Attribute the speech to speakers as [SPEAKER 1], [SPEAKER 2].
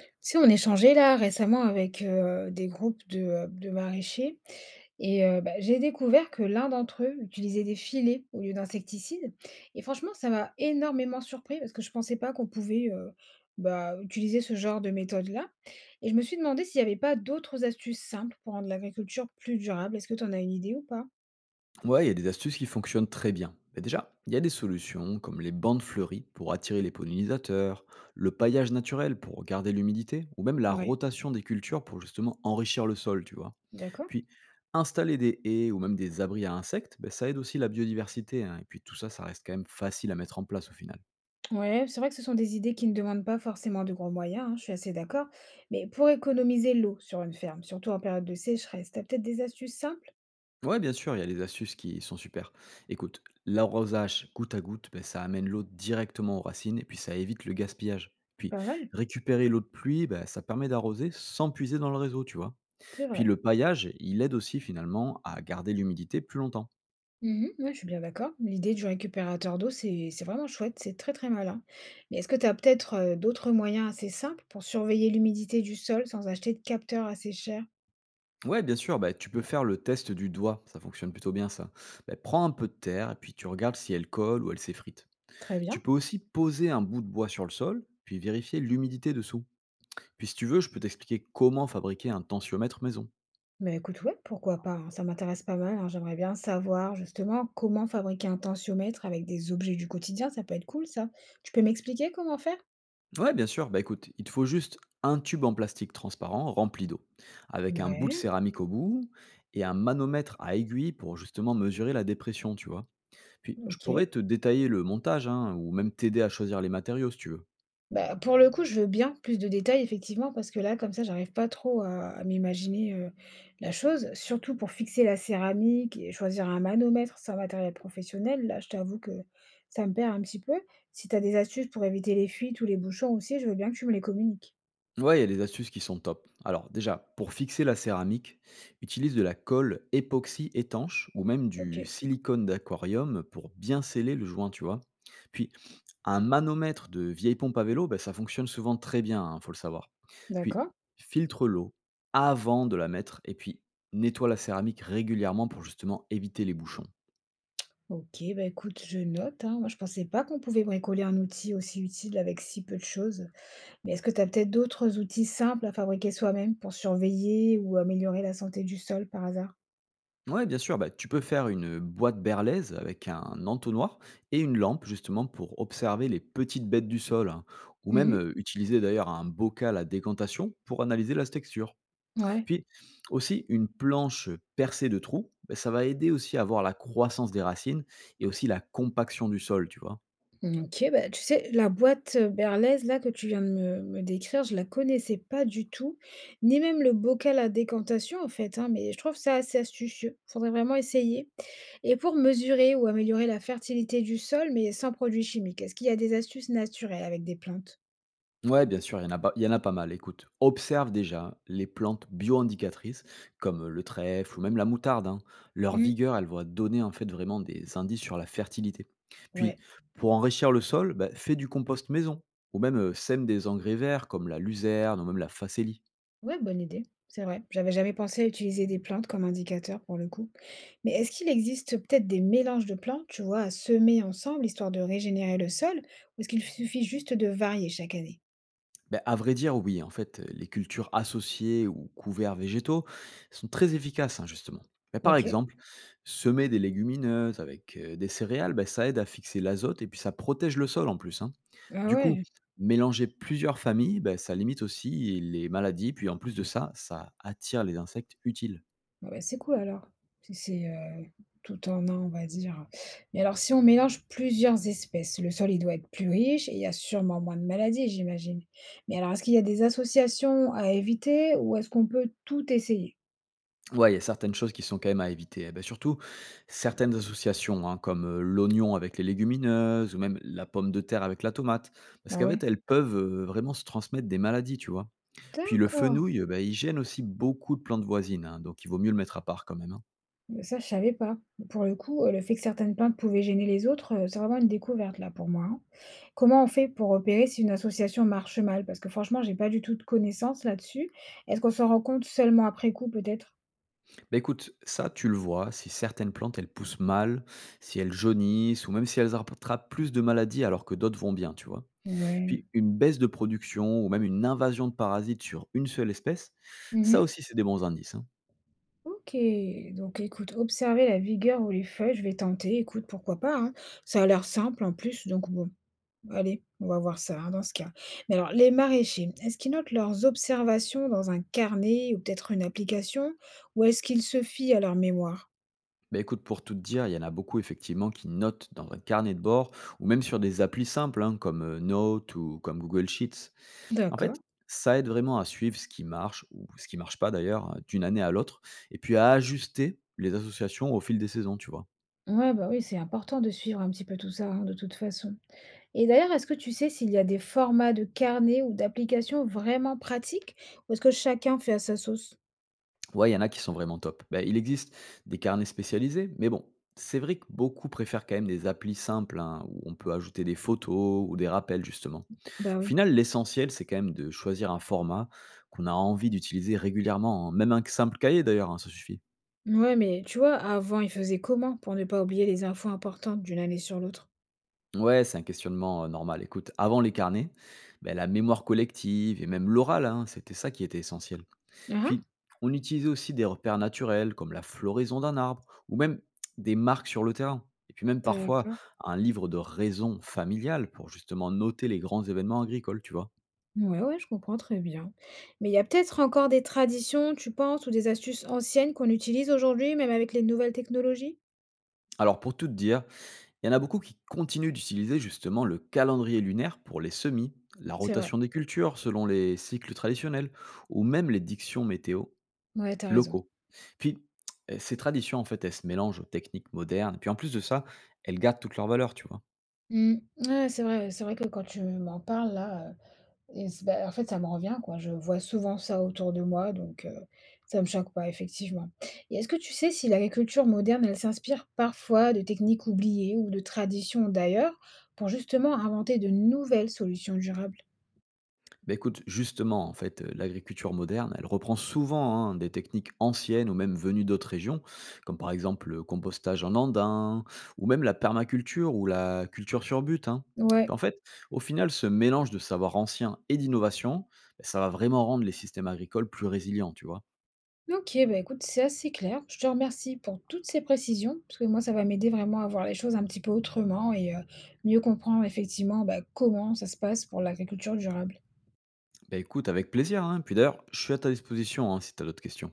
[SPEAKER 1] Tu sais, on échangeait là récemment avec des groupes de maraîchers et j'ai découvert que l'un d'entre eux utilisait des filets au lieu d'insecticides. Et franchement, ça m'a énormément surpris parce que je ne pensais pas qu'on pouvait utiliser ce genre de méthode-là. Et je me suis demandé s'il n'y avait pas d'autres astuces simples pour rendre l'agriculture plus durable. Est-ce que tu en as une idée ou pas?
[SPEAKER 2] Ouais, il y a des astuces qui fonctionnent très bien. Mais déjà, il y a des solutions comme les bandes fleuries pour attirer les pollinisateurs, le paillage naturel pour garder l'humidité, ou même la
[SPEAKER 1] Ouais,
[SPEAKER 2] rotation des cultures pour justement enrichir le sol, tu vois.
[SPEAKER 1] d'accord.
[SPEAKER 2] Puis, installer des haies ou même des abris à insectes, ben, ça aide aussi la biodiversité, hein. Et puis tout ça, ça reste quand même facile à mettre en place au final.
[SPEAKER 1] Ouais, c'est vrai que ce sont des idées qui ne demandent pas forcément de gros moyens, hein, je suis assez d'accord. Mais pour économiser l'eau sur une ferme, surtout en période de sécheresse, t'as peut-être des astuces simples?
[SPEAKER 2] Ouais, bien sûr, il y a des astuces qui sont super. Écoute, l'arrosage goutte à goutte, ben, ça amène l'eau directement aux racines et puis ça évite le gaspillage. Puis
[SPEAKER 1] Pas mal,
[SPEAKER 2] récupérer l'eau de pluie, ben, ça permet d'arroser sans puiser dans le réseau, tu vois.
[SPEAKER 1] c'est
[SPEAKER 2] Puis
[SPEAKER 1] vrai.
[SPEAKER 2] le paillage, il aide aussi finalement à garder l'humidité plus longtemps.
[SPEAKER 1] Mhm, ouais, je suis bien d'accord. L'idée du récupérateur d'eau, c'est vraiment chouette, c'est très très malin. Mais est-ce que tu as peut-être d'autres moyens assez simples pour surveiller l'humidité du sol sans acheter de capteurs assez chers?
[SPEAKER 2] Ouais, bien sûr, ben, tu peux faire le test du doigt, ça fonctionne plutôt bien ça. Ben, prends un peu de terre et puis tu regardes si elle colle ou elle s'effrite.
[SPEAKER 1] Très
[SPEAKER 2] Tu
[SPEAKER 1] bien.
[SPEAKER 2] peux aussi poser un bout de bois sur le sol, puis vérifier l'humidité dessous. Puis si tu veux, je peux t'expliquer comment fabriquer un tensiomètre maison.
[SPEAKER 1] Mais écoute, ouais, pourquoi pas, hein, ça m'intéresse pas mal, hein, j'aimerais bien savoir justement comment fabriquer un tensiomètre avec des objets du quotidien, ça peut être cool ça. Tu peux m'expliquer comment faire?
[SPEAKER 2] Ouais, bien sûr. Bah écoute, il te faut juste un tube en plastique transparent rempli d'eau, avec un bout de
[SPEAKER 1] Ouais,
[SPEAKER 2] céramique au bout et un manomètre à aiguille pour justement mesurer la dépression, tu vois. Puis je pourrais
[SPEAKER 1] ok.
[SPEAKER 2] te détailler le montage, hein, ou même t'aider à choisir les matériaux si tu veux.
[SPEAKER 1] Bah, pour le coup, je veux bien plus de détails, effectivement, parce que là, comme ça, j'arrive pas trop à m'imaginer la chose. Surtout pour fixer la céramique et choisir un manomètre sans matériel professionnel. Là, je t'avoue que ça me perd un petit peu. Si tu as des astuces pour éviter les fuites ou les bouchons aussi, je veux bien que tu me les communiques.
[SPEAKER 2] Ouais, il y a des astuces qui sont top. Alors déjà, pour fixer la céramique, utilise de la colle époxy étanche ou même
[SPEAKER 1] Ok,
[SPEAKER 2] du silicone d'aquarium pour bien sceller le joint, tu vois. Puis un manomètre de vieille pompe à vélo, ben ça fonctionne souvent très bien, il faut le savoir. Puis,
[SPEAKER 1] d'accord.
[SPEAKER 2] filtre l'eau avant de la mettre et puis nettoie la céramique régulièrement pour justement éviter les bouchons.
[SPEAKER 1] OK, bah, écoute, je note, hein. Moi, je pensais pas qu'on pouvait bricoler un outil aussi utile avec si peu de choses. Mais est-ce que tu as peut-être d'autres outils simples à fabriquer soi-même pour surveiller ou améliorer la santé du sol par hasard?
[SPEAKER 2] Ouais, bien sûr, bah, tu peux faire une boîte berlaise avec un entonnoir et une lampe justement pour observer les petites bêtes du sol, hein. Ou même
[SPEAKER 1] Mhm.
[SPEAKER 2] utiliser d'ailleurs un bocal à décantation pour analyser la texture.
[SPEAKER 1] Ouais.
[SPEAKER 2] Puis aussi une planche percée de trous, bah, ça va aider aussi à voir la croissance des racines et aussi la compaction du sol, tu vois?
[SPEAKER 1] Mmh, OK, bah, tu sais, la boîte, berlaise là que tu viens de me décrire, je la connaissais pas du tout, ni même le bocal à décantation en fait, hein, mais je trouve ça assez astucieux. Faudrait vraiment essayer et pour mesurer ou améliorer la fertilité du sol, mais sans produits chimiques, est-ce qu'il y a des astuces naturelles avec des plantes?
[SPEAKER 2] Ouais, bien sûr, il y en a pas mal. Écoute, observe déjà les plantes bio-indicatrices, comme le trèfle ou même la moutarde, hein. Leur
[SPEAKER 1] Mmh,
[SPEAKER 2] vigueur, elle va donner en fait vraiment des indices sur la fertilité. Puis,
[SPEAKER 1] ouais.
[SPEAKER 2] pour enrichir le sol, bah, fais du compost maison, ou même sème des engrais verts comme la luzerne ou même la facélie.
[SPEAKER 1] Ouais, bonne idée, c'est vrai. J'avais jamais pensé à utiliser des plantes comme indicateur pour le coup. Mais est-ce qu'il existe peut-être des mélanges de plantes, tu vois, à semer ensemble histoire de régénérer le sol, ou est-ce qu'il suffit juste de varier chaque année?
[SPEAKER 2] Beh, à vrai dire, oui. En fait, les cultures associées ou couverts végétaux sont très efficaces, hein, justement. Mais par
[SPEAKER 1] Ok.
[SPEAKER 2] exemple, semer des légumineuses avec des céréales, ben, ça aide à fixer l'azote et puis ça protège le sol en plus, hein.
[SPEAKER 1] Ah
[SPEAKER 2] Du coup,
[SPEAKER 1] ouais.
[SPEAKER 2] mélanger plusieurs familles, ben, ça limite aussi les maladies. Puis en plus de ça, ça attire les insectes utiles.
[SPEAKER 1] Ah bah c'est cool alors. Si c'est tout en un, on va dire. Mais alors, si on mélange plusieurs espèces, le sol, il doit être plus riche et il y a sûrement moins de maladies, j'imagine. Mais alors, est-ce qu'il y a des associations à éviter ou est-ce qu'on peut tout essayer?
[SPEAKER 2] Ouais, il y a certaines choses qui sont quand même à éviter. Eh ben, surtout, certaines associations, hein, comme l'oignon avec les légumineuses ou même la pomme de terre avec la tomate. Parce
[SPEAKER 1] Ah
[SPEAKER 2] qu'en fait,
[SPEAKER 1] ouais.
[SPEAKER 2] elles peuvent vraiment se transmettre des maladies, tu vois. Puis le
[SPEAKER 1] D'accord.
[SPEAKER 2] fenouil, ben, il gêne aussi beaucoup de plantes voisines, hein, donc il vaut mieux le mettre à part quand même, hein.
[SPEAKER 1] Mais ça, je savais pas. Pour le coup, le fait que certaines plaintes pouvaient gêner les autres, c'est vraiment une découverte là pour moi, hein. Comment on fait pour repérer si une association marche mal? Parce que franchement, j'ai pas du tout de connaissances là-dessus. Est-ce qu'on s'en rend compte seulement après coup peut-être?
[SPEAKER 2] Ben, écoute, ça, tu le vois, si certaines plantes, elles poussent mal, si elles jaunissent ou même si elles attrapent plus de maladies alors que d'autres vont bien, tu vois.
[SPEAKER 1] Ouais.
[SPEAKER 2] Puis une baisse de production ou même une invasion de parasites sur une seule espèce, ça
[SPEAKER 1] Mmh.
[SPEAKER 2] aussi, c'est des bons indices, hein.
[SPEAKER 1] OK, donc écoute, observer la vigueur ou les feuilles, je vais tenter, écoute, pourquoi pas, hein. Ça a l'air simple en plus, donc bon. Allez, on va voir ça, hein, dans ce cas. Mais alors, les maraîchers, est-ce qu'ils notent leurs observations dans un carnet ou peut-être une application, ou est-ce qu'ils se fient à leur mémoire?
[SPEAKER 2] Bah, écoute, pour tout te dire, il y en a beaucoup effectivement qui notent dans un carnet de bord ou même sur des applis simples hein, comme Note ou comme Google Sheets. En
[SPEAKER 1] D'accord.
[SPEAKER 2] fait, ça aide vraiment à suivre ce qui marche ou ce qui marche pas d'ailleurs d'une année à l'autre et puis à ajuster les associations au fil des saisons, tu vois.
[SPEAKER 1] Ouais, bah oui, c'est important de suivre un petit peu tout ça, hein, de toute façon. Et d'ailleurs, est-ce que tu sais s'il y a des formats de carnet ou d'applications vraiment pratiques, ou est-ce que chacun fait à sa sauce?
[SPEAKER 2] Ouais, il y en a qui sont vraiment top. Ben, il existe des carnets spécialisés, mais bon, c'est vrai que beaucoup préfèrent quand même des applis simples, hein, où on peut ajouter des photos ou des rappels, justement.
[SPEAKER 1] Bah
[SPEAKER 2] Au
[SPEAKER 1] oui.
[SPEAKER 2] final, l'essentiel, c'est quand même de choisir un format qu'on a envie d'utiliser régulièrement, hein. Même un simple cahier d'ailleurs, hein, ça suffit.
[SPEAKER 1] Ouais, mais tu vois, avant, ils faisaient comment pour ne pas oublier les infos importantes d'une année sur l'autre?
[SPEAKER 2] Ouais, c'est un questionnement normal. Écoute, avant les carnets, ben, la mémoire collective et même l'oral, hein, c'était ça qui était essentiel.
[SPEAKER 1] Ah, ah.
[SPEAKER 2] Puis, on utilisait aussi des repères naturels comme la floraison d'un arbre ou même des marques sur le terrain. Et puis même parfois
[SPEAKER 1] D'accord.
[SPEAKER 2] un livre de raison familiale pour justement noter les grands événements agricoles, tu vois.
[SPEAKER 1] Ouais, ouais, je comprends très bien. Mais il y a peut-être encore des traditions, tu penses, ou des astuces anciennes qu'on utilise aujourd'hui, même avec les nouvelles technologies?
[SPEAKER 2] Alors pour tout te dire, il y en a beaucoup qui continuent d'utiliser justement le calendrier lunaire pour les semis, la
[SPEAKER 1] C'est vrai.
[SPEAKER 2] rotation des cultures selon les cycles traditionnels, ou même les dictions météo
[SPEAKER 1] Ouais, t'as raison.
[SPEAKER 2] locaux. Puis, ces traditions, en fait, elles se mélangent aux techniques modernes. Et puis, en plus de ça, elles gardent toute leur valeur, tu vois.
[SPEAKER 1] Mm. Ouais, c'est vrai que quand tu m'en parles là, bah, en fait, ça me revient quoi. Je vois souvent ça autour de moi, donc ça me choque pas, effectivement. Et est-ce que tu sais si l'agriculture moderne, elle s'inspire parfois de techniques oubliées ou de traditions d'ailleurs pour justement inventer de nouvelles solutions durables?
[SPEAKER 2] Bah, écoute, justement, en fait, l'agriculture moderne, elle reprend souvent, hein, des techniques anciennes ou même venues d'autres régions, comme par exemple le compostage en andin ou même la permaculture ou la culture sur but, hein.
[SPEAKER 1] Ouais.
[SPEAKER 2] En fait, au final, ce mélange de savoirs anciens et d'innovation, bah, ça va vraiment rendre les systèmes agricoles plus résilients, tu vois?
[SPEAKER 1] OK, bah, écoute, c'est assez clair. Je te remercie pour toutes ces précisions, parce que moi, ça va m'aider vraiment à voir les choses un petit peu autrement et, mieux comprendre effectivement, bah, comment ça se passe pour l'agriculture durable.
[SPEAKER 2] Bah, écoute, avec plaisir, hein, puis d'ailleurs, je suis à ta disposition, hein, si tu as d'autres questions.